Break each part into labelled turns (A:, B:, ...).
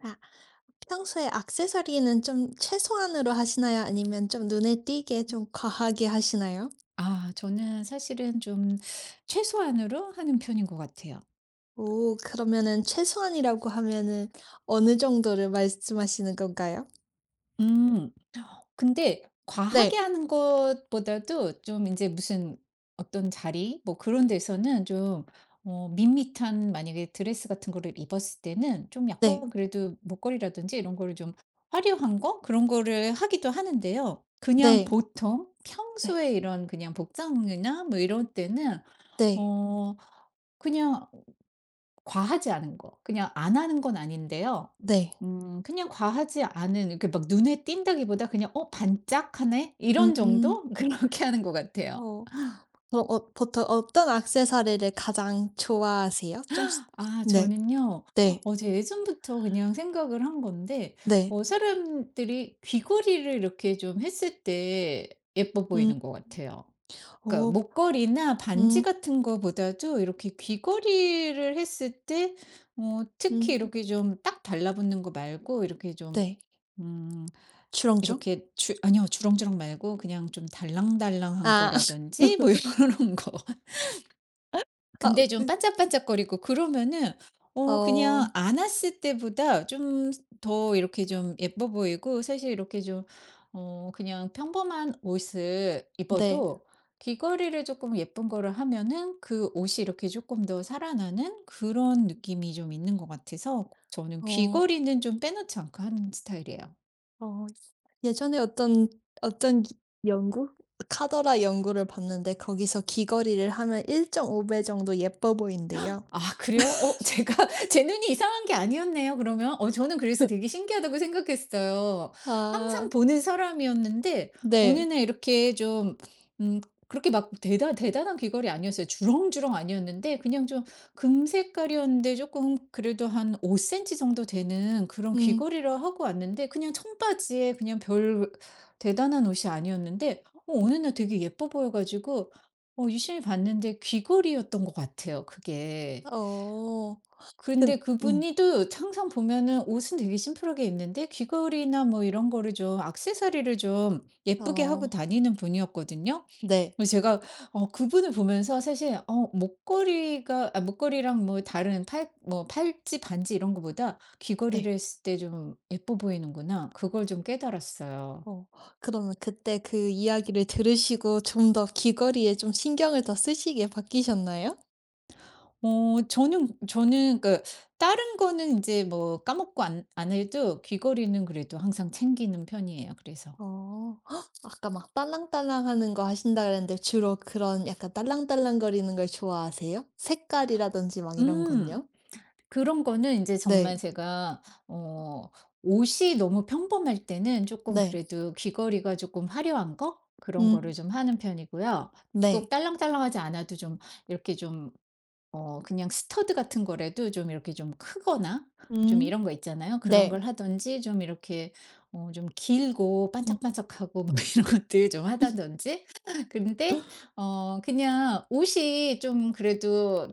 A: 아, 평소에 액세서리는 좀 최소한으로 하시나요? 아니면 좀 눈에 띄게 좀 과하게 하시나요?
B: 아 저는 사실은 좀 최소한으로 하는 편인 것 같아요.
A: 오, 그러면은 최소한이라고 하면은 어느 정도를 말씀하시는 건가요?
B: 음. 근데 과하게
A: 네.
B: 하는 것보다도 좀 이제 무슨 어떤 자리 뭐 그런 데서는 좀 밋밋한, 만약에 드레스 같은 거를 입었을 때는 좀
A: 네.
B: 약간 그래도 목걸이라든지 이런 거를 좀 화려한 거, 그런 거를 하기도 하는데요. 그냥
A: 네.
B: 보통
A: 네.
B: 평소에 이런 그냥 복장이나 뭐 이런 때는
A: 네.
B: 어 그냥 과하지 않은 거. 그냥 안 하는 건 아닌데요.
A: 네.
B: 그냥 과하지 않은, 이렇게 막 눈에 띈다기보다 그냥 '어 반짝하네.'
A: 음.
B: 이런
A: 음.
B: 정도? 그렇게 하는 것 같아요.
A: 어. 그럼 보통 어떤 액세서리를 가장 좋아하세요? 좀 스
B: 아
A: 네.
B: 저는요.
A: 네.
B: 어제 예전부터 그냥 생각을 한 건데
A: 네.
B: 사람들이 귀걸이를 이렇게 좀 했을 때 예뻐
A: 음.
B: 보이는 것 같아요. 그러니까
A: 오.
B: 목걸이나 반지
A: 음.
B: 같은 거보다도 이렇게 귀걸이를 했을 때 특히
A: 음.
B: 이렇게 좀 딱 달라붙는 거 말고 이렇게 좀.
A: 네.
B: 음.
A: 주렁주렁?
B: 이렇게 주 아니요, 주렁주렁 말고 그냥 좀 달랑달랑한
A: 아.
B: 거라든지 뭐 이런 거.
A: 아,
B: 근데 좀
A: 그
B: 반짝반짝거리고 그러면은
A: 어.
B: 그냥 안 왔을 때보다 좀 더 이렇게 좀 예뻐 보이고, 사실 이렇게 좀 그냥 평범한 옷을
A: 네.
B: 입어도 귀걸이를 조금 예쁜 거를 하면은 그 옷이 이렇게 조금 더 살아나는 그런 느낌이 좀 있는 것 같아서 저는
A: 어.
B: 귀걸이는 좀 빼놓지 않고 하는 스타일이에요.
A: 어 예전에 어떤 어떤 기 연구? 카더라 연구를 봤는데 거기서 귀걸이를 하면 1.5배 정도 예뻐 보인대요.
B: 아 그래요? 제가 제 눈이 이상한 게 아니었네요 그러면. 저는 그래서 되게 신기하다고 생각했어요. 항상
A: 아,
B: 보는 사람이었는데 어느
A: 네.
B: 날 이렇게 좀 음 그렇게 막 대단한 귀걸이 아니었어요. 주렁주렁 아니었는데 그냥 좀 금색깔이었는데 조금 그래도 한 5센티 센티 정도 되는 그런
A: 음.
B: 귀걸이를 하고 왔는데, 그냥 청바지에 그냥 별 대단한 옷이 아니었는데 어느 날 되게 예뻐 보여 가지고 유심히 봤는데 귀걸이였던 것 같아요 그게.
A: 어. 근
B: 근데
A: 음.
B: 그분이도 항상 보면은 옷은 되게 심플하게 입는데 귀걸이나 뭐 이런 거를 좀, 액세서리를 좀 예쁘게 하고
A: 어.
B: 다니는 분이었거든요.
A: 네.
B: 그래서 제가 그분을 보면서 사실 어 목걸이가 아 목걸이랑 뭐 다른 팔 뭐 팔찌, 반지 이런 거보다 귀걸이를
A: 네.
B: 했을 때 좀 예뻐 보이는구나. 그걸 좀 깨달았어요.
A: 어. 그러면 그때 그 이야기를 들으시고 좀 더 귀걸이에 좀 신경을 더 쓰시게 바뀌셨나요?
B: 저는 그 다른 거는 이제 뭐 까먹고 안 해도 귀걸이는 그래도 항상 챙기는 편이에요 그래서.
A: 어. 헉! 아까 막 딸랑딸랑하는 거 하신다 그랬는데 주로 그런 약간 딸랑딸랑거리는 걸 좋아하세요? 색깔이라든지 막 이런
B: 음.
A: 건요?
B: 그런 거는 이제
A: 네.
B: 정말 제가 어 옷이 너무 평범할 때는 조금
A: 네.
B: 그래도 귀걸이가 조금 화려한 거, 그런 거를
A: 음.
B: 좀 하는 편이고요. 꼭
A: 네.
B: 딸랑딸랑하지 않아도 좀 이렇게 좀 그냥 스터드 같은 거라도 좀 이렇게 좀 크거나 좀,
A: 음.
B: 이런 거 있잖아요. 그런 걸
A: 네.
B: 하든지 좀 이렇게 좀 길고
A: 음.
B: 반짝반짝하고 뭐 이런 것들 좀 하다든지 근데 그냥 옷이 좀 그래도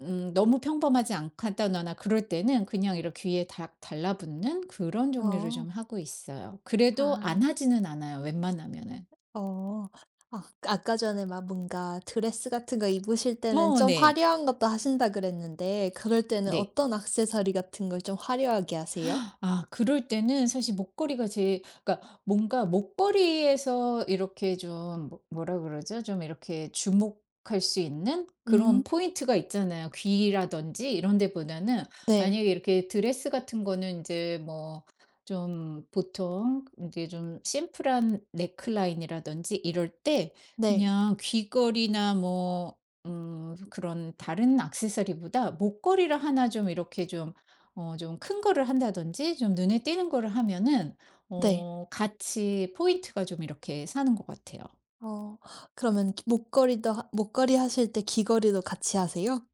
B: 너무 평범하지 않다거나 그럴 때는 그냥 이렇게 귀에 닥 달라붙는 그런 종류를
A: 어.
B: 좀 하고 있어요. 그래도
A: 아.
B: 안 하지는 않아요, 웬만하면은.
A: 어. 아, 아까 전에 막 뭔가 드레스 같은 거 입으실 때는
B: 어
A: 좀
B: 네.
A: 화려한 것도 하신다 그랬는데 그럴 때는
B: 네.
A: 어떤 액세서리 같은 걸 좀 화려하게 하세요?
B: 아 그럴 때는 사실 목걸이가 제일, 그러니까 뭔가 목걸이에서 이렇게 좀 뭐, 뭐라 그러죠? 좀 이렇게 주목할 수 있는
A: 음.
B: 그런 포인트가 있잖아요. 귀라든지 이런 데보다는,
A: 네.
B: 만약에 이렇게 드레스 같은 거는 이제 뭐 좀 보통 이제 좀 심플한 넥라인이라든지 이럴 때
A: 네.
B: 그냥 귀걸이나 뭐 그런 다른 액세서리보다 목걸이를 하나 좀 이렇게 좀 좀 큰 거를 한다든지, 좀 눈에 띄는 거를 하면은
A: 네.
B: 같이 포인트가 좀 이렇게 사는 것 같아요.
A: 어. 그러면 기 목걸이도 하 목걸이 하실 때 귀걸이도 같이 하세요?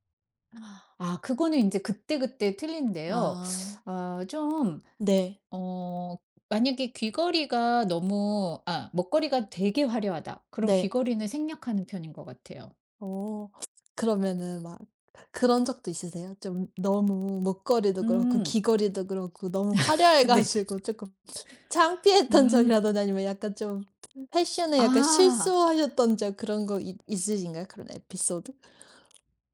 B: 아 그거는 이제 그때그때 틀린데요.
A: 아.
B: 아 좀,
A: 네.
B: 어 만약에 귀걸이가 너무 아 먹거리가 되게 화려하다. 그럼
A: 네.
B: 귀걸이는 생략하는 편인 것 같아요.
A: 어. 그러면은 막 그런 적도 있으세요? 좀 너무 목걸이도 그렇고
B: 음.
A: 귀걸이도 그렇고 너무 화려해
B: 네.
A: 가지고 조금 창피했던
B: 음.
A: 적이라든지 아니면 약간 좀 패션에 약간
B: 아.
A: 실수하셨던 적 그런 거 있 있으신가요? 그런 에피소드?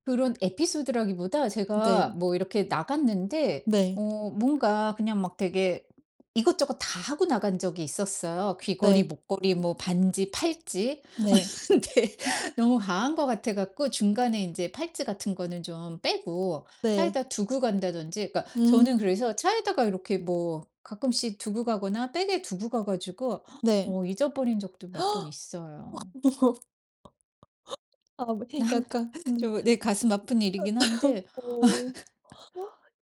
B: 그런 에피소드라기보다 제가
A: 네.
B: 뭐 이렇게 나갔는데
A: 네.
B: 뭔가 그냥 막 되게 이것저것 다 하고 나간 적이 있었어요. 귀걸이,
A: 네.
B: 목걸이, 뭐 반지, 팔찌.
A: 네.
B: 근데 너무 과한 것 같아 갖고 중간에 이제 팔찌 같은 거는 좀 빼고
A: 네.
B: 차에다 두고 간다든지, 그러니까 저는
A: 음.
B: 그래서 차에다가 이렇게 뭐 가끔씩 두고 가거나 백에 두고 가 가지고
A: 네.
B: 잊어버린 적도 몇 번 있어요.
A: 아, 뭐 약간
B: 좀 내 가슴 아픈 일이긴 한데.
A: 어.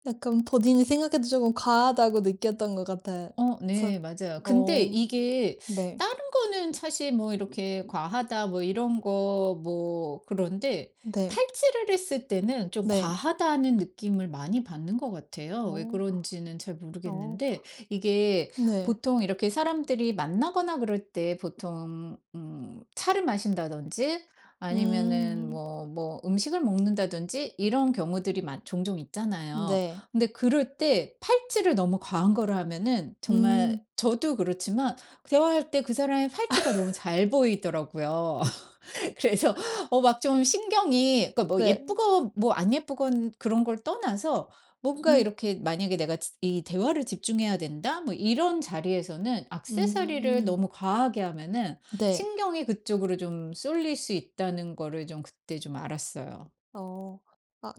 A: 약간 본인이 생각해도 쪼금 과하다고 느꼈던 것 같아요.
B: 어
A: 그래서
B: 네. 맞아요. 근데
A: 어.
B: 이게
A: 네.
B: 다른 거는 사실 뭐 이렇게 과하다 뭐 이런 거, 뭐 그런데
A: 네.
B: 팔찌를 했을 때는 좀
A: 네.
B: 과하다는 느낌을 많이 받는 것 같아요. 왜
A: 어.
B: 그런지는 잘
A: 어.
B: 모르겠는데, 이게
A: 네.
B: 보통 이렇게 사람들이 만나거나 그럴 때 보통 차를 마신다든지 아니면은
A: 음.
B: 뭐 뭐 음식을 먹는다든지 이런 경우들이 종종 있잖아요.
A: 네.
B: 근데 그럴 때 팔찌를 너무 과한 거를 하면은 정말
A: 음.
B: 저도 그렇지만 대화할 때 그 사람의 팔찌가 너무 잘 보이더라고요. 그래서 막 좀 신경이, 그러니까 뭐
A: 네.
B: 예쁘건 뭐 안 예쁘건 그런 걸 떠나서 뭔가
A: 음.
B: 이렇게 만약에 '내가 지 이 대화를 집중해야 된다.' 뭐 이런 자리에서는 액세서리를
A: 음.
B: 너무 과하게 하면은
A: 네.
B: 신경이 그쪽으로 좀 쏠릴 수 있다는 거를 좀 그때 좀 알았어요.
A: 어. 아,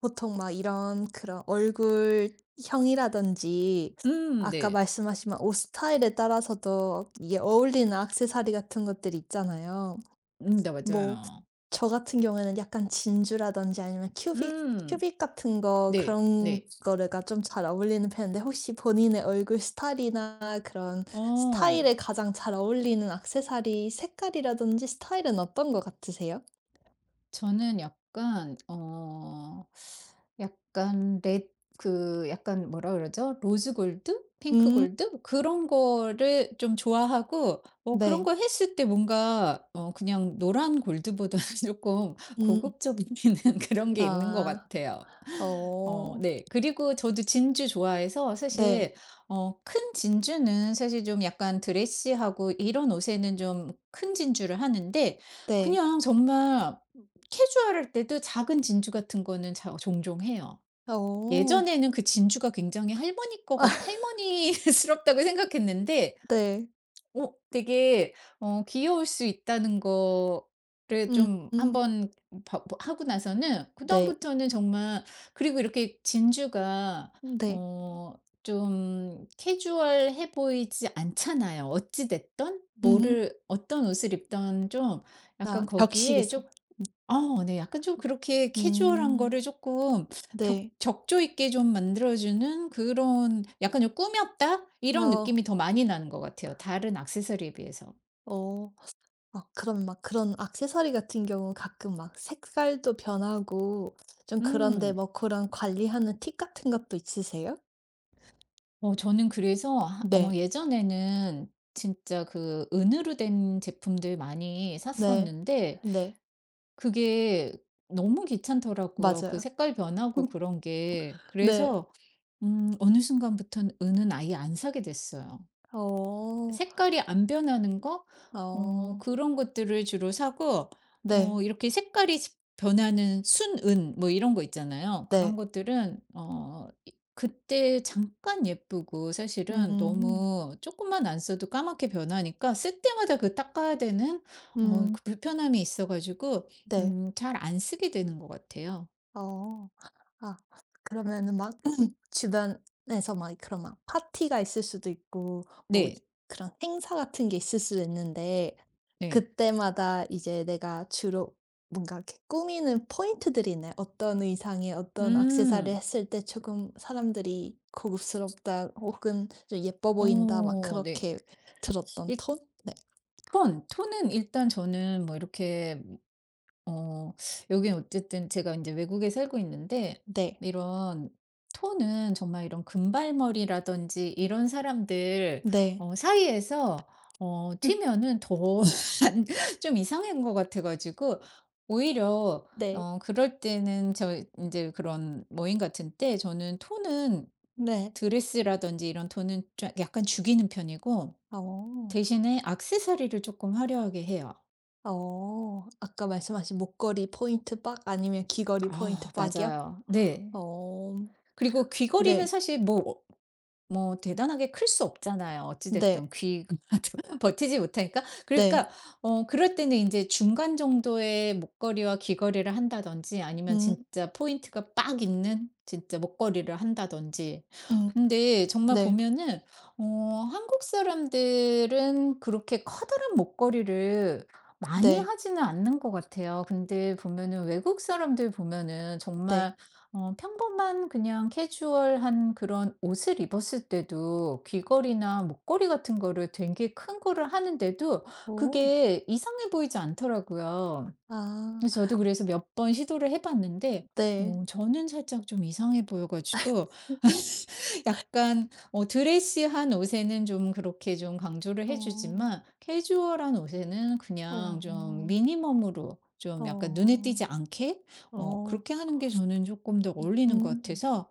A: 보통 막 이런 그런 얼굴형이라든지 아까
B: 네.
A: 말씀하신 막 옷 스타일에 따라서도 이게 어울리는 액세서리 같은 것들이 있잖아요.
B: 네
A: 뭐
B: 맞아요.
A: 저 같은 경우에는 약간 진주라든지 아니면 큐빅
B: 음.
A: 같은 거
B: 네.
A: 그런
B: 네.
A: 거가 좀 잘 어울리는 편인데 혹시 본인의 얼굴 스타일이나 그런
B: 어.
A: 스타일에 가장 잘 어울리는 액세서리 색깔이라든지 스타일은 어떤 것 같으세요?
B: 저는 약간 약간 레드, 그 약간 뭐라 그러죠? 로즈 골드? 핑크
A: 음
B: 골드? 그런 거를 좀 좋아하고 그런
A: 네.
B: 거 했을 때 뭔가 그냥 노란 골드보다는 조금
A: 음
B: 고급적이는 그런 게 있는 것
A: 아.
B: 같아요. 어
A: 어.
B: 네. 그리고 저도 진주 좋아해서
A: 네.
B: 사실 큰 진주는 사실 좀 약간 드레시하고 이런 옷에는 좀 큰 진주를 하는데,
A: 네.
B: 그냥 정말 캐주얼할 때도 작은 진주 같은 거는 자 종종 해요.
A: 어.
B: 예전에는 그 진주가 굉장히 할머니 거 같 할머니스럽다고 생각했는데
A: 네.
B: 되게 귀여울 수 있다는 거를
A: 음
B: 좀
A: 음
B: 한번 봐 봐 하고 나서는
A: 네.
B: 그다음부터는 정말. 그리고 이렇게 진주가
A: 네.
B: 어 좀 캐주얼해 보이지 않잖아요. 어찌 됐든
A: 음음.
B: 뭐를 어떤 옷을 입든 좀
A: 아,
B: 약간 거기에
A: 격식에서.
B: 좀. 어 네, 약간 좀 그렇게 캐주얼한
A: 음.
B: 거를 조금 격
A: 네.
B: 적조 있게 좀 만들어 주는, 그런 약간 좀 꾸몄다 이런 느낌이
A: 어.
B: 더 많이 나는 것 같아요 다른 액세서리에 비해서.
A: 어. 아, 그럼 막 그런 액세서리 같은 경우 가끔 막 색깔도 변하고 좀 그런데
B: 음.
A: 뭐 그런 관리하는 팁 같은 것도 있으세요?
B: 저는 그래서 하 어
A: 네.
B: 예전에는 진짜 그 은으로 된 제품들 많이
A: 네.
B: 샀었는데
A: 네.
B: 그게 너무 귀찮더라고요 그
A: 맞아요.
B: 색깔 변하고 그런 게.
A: 네.
B: 그래서 어느 순간부터는 은은 아예 안 사게 됐어요.
A: 어.
B: 색깔이 안 변하는 거?
A: 어.
B: 그런 것들을 주로 사고
A: 네.
B: 이렇게 색깔이 변하는 순은 뭐 이런 거 있잖아요. 그런
A: 네.
B: 것들은 이 그때 잠깐 예쁘고 사실은
A: 음.
B: 너무 조금만 안 써도 까맣게 변하니까 쓸 때마다 그 닦아야 되는
A: 음.
B: 그 불편함이 있어 가지고
A: 네.
B: 잘 안 쓰게 되는 것 같아요.
A: 어. 아, 그러면은 막 주변에서 막 그런 막 파티가 있을 수도 있고 뭐 이
B: 네.
A: 그런 행사 같은 게 있을 수도 있는데
B: 네.
A: 그때마다 이제 내가 주로 뭔가 이렇게 꾸미는 포인트들이 있나요? 어떤 의상에 어떤 액세서리를
B: 음.
A: 했을 때 조금 사람들이 '고급스럽다.' 혹은 좀 '예뻐 보인다.' 막
B: 어 네.
A: 그렇게 들었던
B: 이
A: 톤? 네.
B: 톤은 일단 저는 뭐 이렇게 어 여긴 어쨌든 제가 이제 외국에 살고 있는데
A: 네.
B: 이런 톤은 정말 이런 금발머리라든지 이런 사람들
A: 네.
B: 사이에서 튀면은 더 좀 이상한 것 같아 가지고 오히려
A: 네
B: 그럴 때는 저 이제 그런 모임 같은 때 저는 톤은,
A: 네. 네.
B: 드레스라든지 이런 톤은 좀 약간 죽이는 편이고
A: 어.
B: 대신에 액세서리를 조금 화려하게 해요.
A: 어. 아까 말씀하신 목걸이 포인트 빡 아니면 귀걸이 포인트
B: 아
A: 빡이요?
B: 맞아요. 네.
A: 어.
B: 그리고 귀걸이는
A: 네.
B: 사실 뭐 대단하게 클 수 없잖아요. 어찌
A: 네.
B: 됐든 귀가 버티지 못하니까.
A: 네.
B: 그러니까 그럴 때는 이제 중간 정도의 목걸이와 귀걸이를 한다든지, 아니면
A: 음.
B: 진짜 포인트가 빡 있는 진짜 목걸이를 한다든지.
A: 음.
B: 근데 정말
A: 네.
B: 보면은 어 한국 사람들은 그렇게 커다란 목걸이를 많이
A: 네.
B: 하지는 않는 것 같아요. 근데 보면은 외국 사람들 보면은
A: 네.
B: 정말 평범한 그냥 캐주얼한 그런 옷을 입었을 때도 귀걸이나 목걸이 같은 거를 되게 큰 거를 하는데도
A: 오.
B: 그게 이상해 보이지 않더라고요.
A: 아.
B: 그래서 저도 그래서 몇 번 시도를 해 봤는데
A: 네.
B: 저는 살짝 좀 이상해 보여 가지고 약간 드레시한 옷에는 좀 그렇게 좀 강조를 해
A: 어.
B: 주지만 캐주얼한 옷에는 그냥 좀
A: 어.
B: 미니멈으로 좀 약간 눈에
A: 어.
B: 띄지 않게
A: 어.
B: 그렇게 하는 게 저는 조금 더
A: 음.
B: 어울리는 것 같아서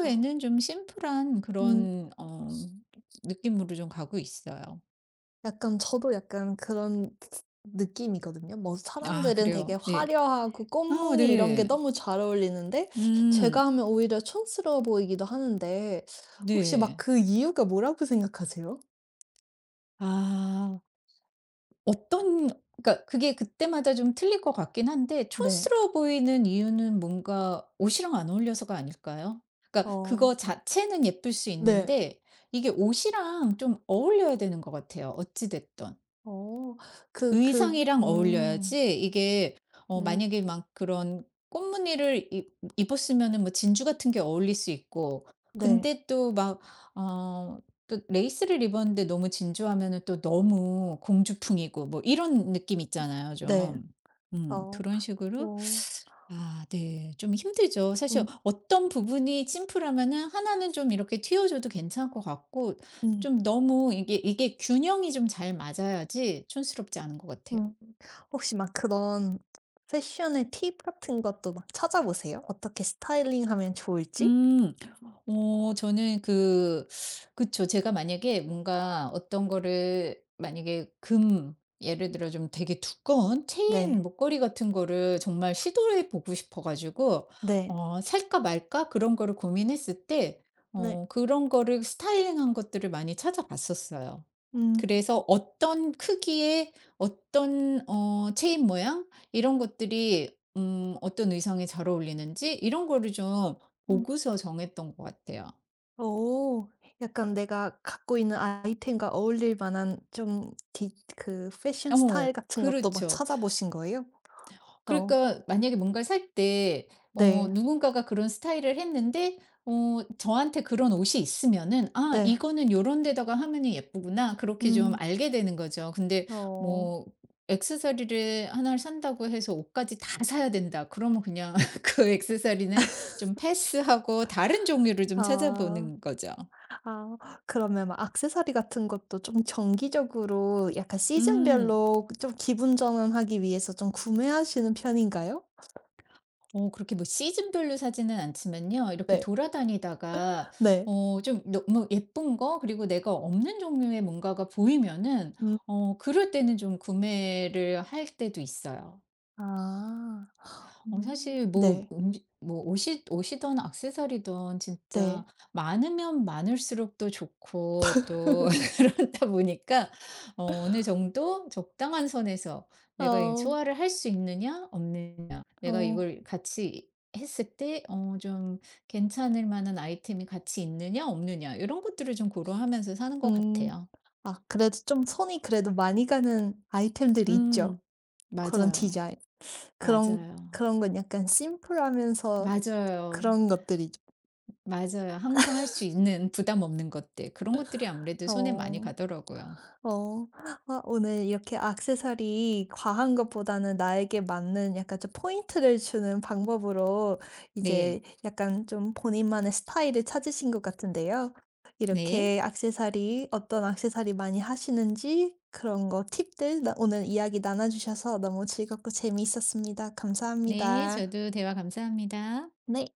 A: 아.
B: 좀 심플한
A: 음.
B: 그런 느낌으로 좀 가고 있어요.
A: 약간 저도 약간 그런 느낌이거든요. 뭐
B: 아
A: 사람들은 되게
B: 그래요? 네.
A: 화려하고
B: 아
A: 꽃무늬 이런 게
B: 네.
A: 너무 잘 어울리는데 제가
B: 음.
A: 하면 오히려 촌스러워 보이기도 하는데 혹시 막
B: 네.
A: 그 이유가 뭐라고 생각하세요?
B: 아. 어떤, 그러니까 그게 그때마다 좀 틀릴 것 같긴 한데
A: 네.
B: 촌스러워 보이는 이유는 뭔가 옷이랑 안 어울려서가 아닐까요? 그러니까
A: 어.
B: 그거 자체는 예쁠 수
A: 네.
B: 있는데 이게 옷이랑 좀 어울려야 되는 것 같아요, 어찌 됐든.
A: 어. 그 그
B: 의상이랑
A: 음.
B: 어울려야지 이게
A: 음.
B: 만약에 막 그런 꽃무늬를 입 입었으면은 뭐 진주 같은 게 어울릴 수 있고,
A: 네.
B: 근데 또 막 어 또 레이스를 입었는데 너무 진주하면은 또 너무 공주풍이고 뭐 이런 느낌 있잖아요
A: 네.
B: 좀.
A: 어.
B: 그런 식으로.
A: 어.
B: 아 네, 좀 힘들죠. 사실
A: 음.
B: 어떤 부분이 심플하면은 하나는 좀 이렇게 튀어줘도 괜찮을 것 같고,
A: 음.
B: 좀 너무 이게 균형이 좀 잘 맞아야지 촌스럽지 않은 것 같아요.
A: 음. 혹시 막 그런 패션의 팁 같은 것도 막 찾아보세요? 어떻게 스타일링하면 좋을지?
B: 음. 저는 그쵸. 제가 만약에 뭔가 어떤 거를 만약에 금 예를 들어 좀 되게 두꺼운 체인
A: 네.
B: 목걸이 같은 거를 정말 시도해 보고 싶어 가지고
A: 네.
B: '살까 말까?' 그런 거를 고민했을 때
A: 네.
B: 그런 거를 스타일링한 것들을 많이 찾아봤었어요.
A: 음.
B: 그래서 어떤 크기의 어떤 체인 모양 이런 것들이 어떤 의상에 잘 어울리는지 이런 거를 좀
A: 음.
B: 보고서 정했던 것 같아요.
A: 오. 약간 내가 갖고 있는 아이템과 어울릴 만한 좀 디 그 패션
B: 어
A: 스타일 같은 것도 막
B: 그렇죠.
A: 찾아보신 거예요? 어.
B: 그러니까 만약에 뭔가를 살 때
A: 네.
B: 누군가가 그런 스타일을 했는데 저한테 그런 옷이 있으면은 '아
A: 네.
B: 이거는 요런 데다가 하면은 예쁘구나.' 그렇게 좀
A: 음.
B: 알게 되는 거죠. 근데
A: 어.
B: 뭐, 액세서리를 나를 산다고 해서 옷까지 다 사야 된다 그러면 그냥 그 액세서리는 좀 패스하고 다른 종류를 좀
A: 아.
B: 찾아보는 거죠.
A: 아, 그러면 막 액세서리 같은 것도 좀 정기적으로 약간
B: 음.
A: 시즌별로 좀 기분 전환하기 위해서 좀 구매하시는 편인가요?
B: 그렇게 뭐 시즌별로 사지는 않지만요. 이렇게
A: 네.
B: 돌아다니다가
A: 네.
B: 좀 너무 예쁜 거, 그리고 내가 없는 종류의 뭔가가 보이면은
A: 음.
B: 그럴 때는 좀 구매를 할 때도 있어요.
A: 아.
B: 사실
A: 음.
B: 뭐
A: 네.
B: 뭐 옷이든 액세서리든 진짜
A: 네.
B: 많으면 많을수록 또 좋고 또 그러다 보니까 어느 정도 적당한 선에서 내가 이
A: 어.
B: 소화를 할 수 있느냐 없느냐, 내가
A: 어.
B: 이걸 같이 했을 때 좀 괜찮을 만한 아이템이 같이 있느냐 없느냐 이런 것들을 좀 고려하면서 사는 것
A: 음.
B: 같아요.
A: 아, 그래도 좀 손이 그래도 많이 가는 아이템들이 있죠.
B: 음
A: 그런
B: 맞아요.
A: 디자인. 그런
B: 맞아요.
A: 그런 건 약간 심플하면서
B: 맞아요.
A: 그런 것들이죠.
B: 맞아요. 항상 할 수 있는 부담 없는 것들 그런 것들이 아무래도 손에 많이
A: 어.
B: 가더라고요.
A: 어. 아, 오늘 이렇게 액세서리 과한 것보다는 나에게 맞는 약간 좀 포인트를 주는 방법으로 이제
B: 네.
A: 약간 좀 본인만의 스타일을 찾으신 것 같은데요.
B: 네.
A: 이렇게 액세서리 어떤 액세서리 많이 하시는지 그런 거 팁들 나 오늘 이야기 나눠 주셔서 너무 즐겁고 재미있었습니다.
B: 네.
A: 감사합니다.
B: 저도 대화 감사합니다.
A: 네.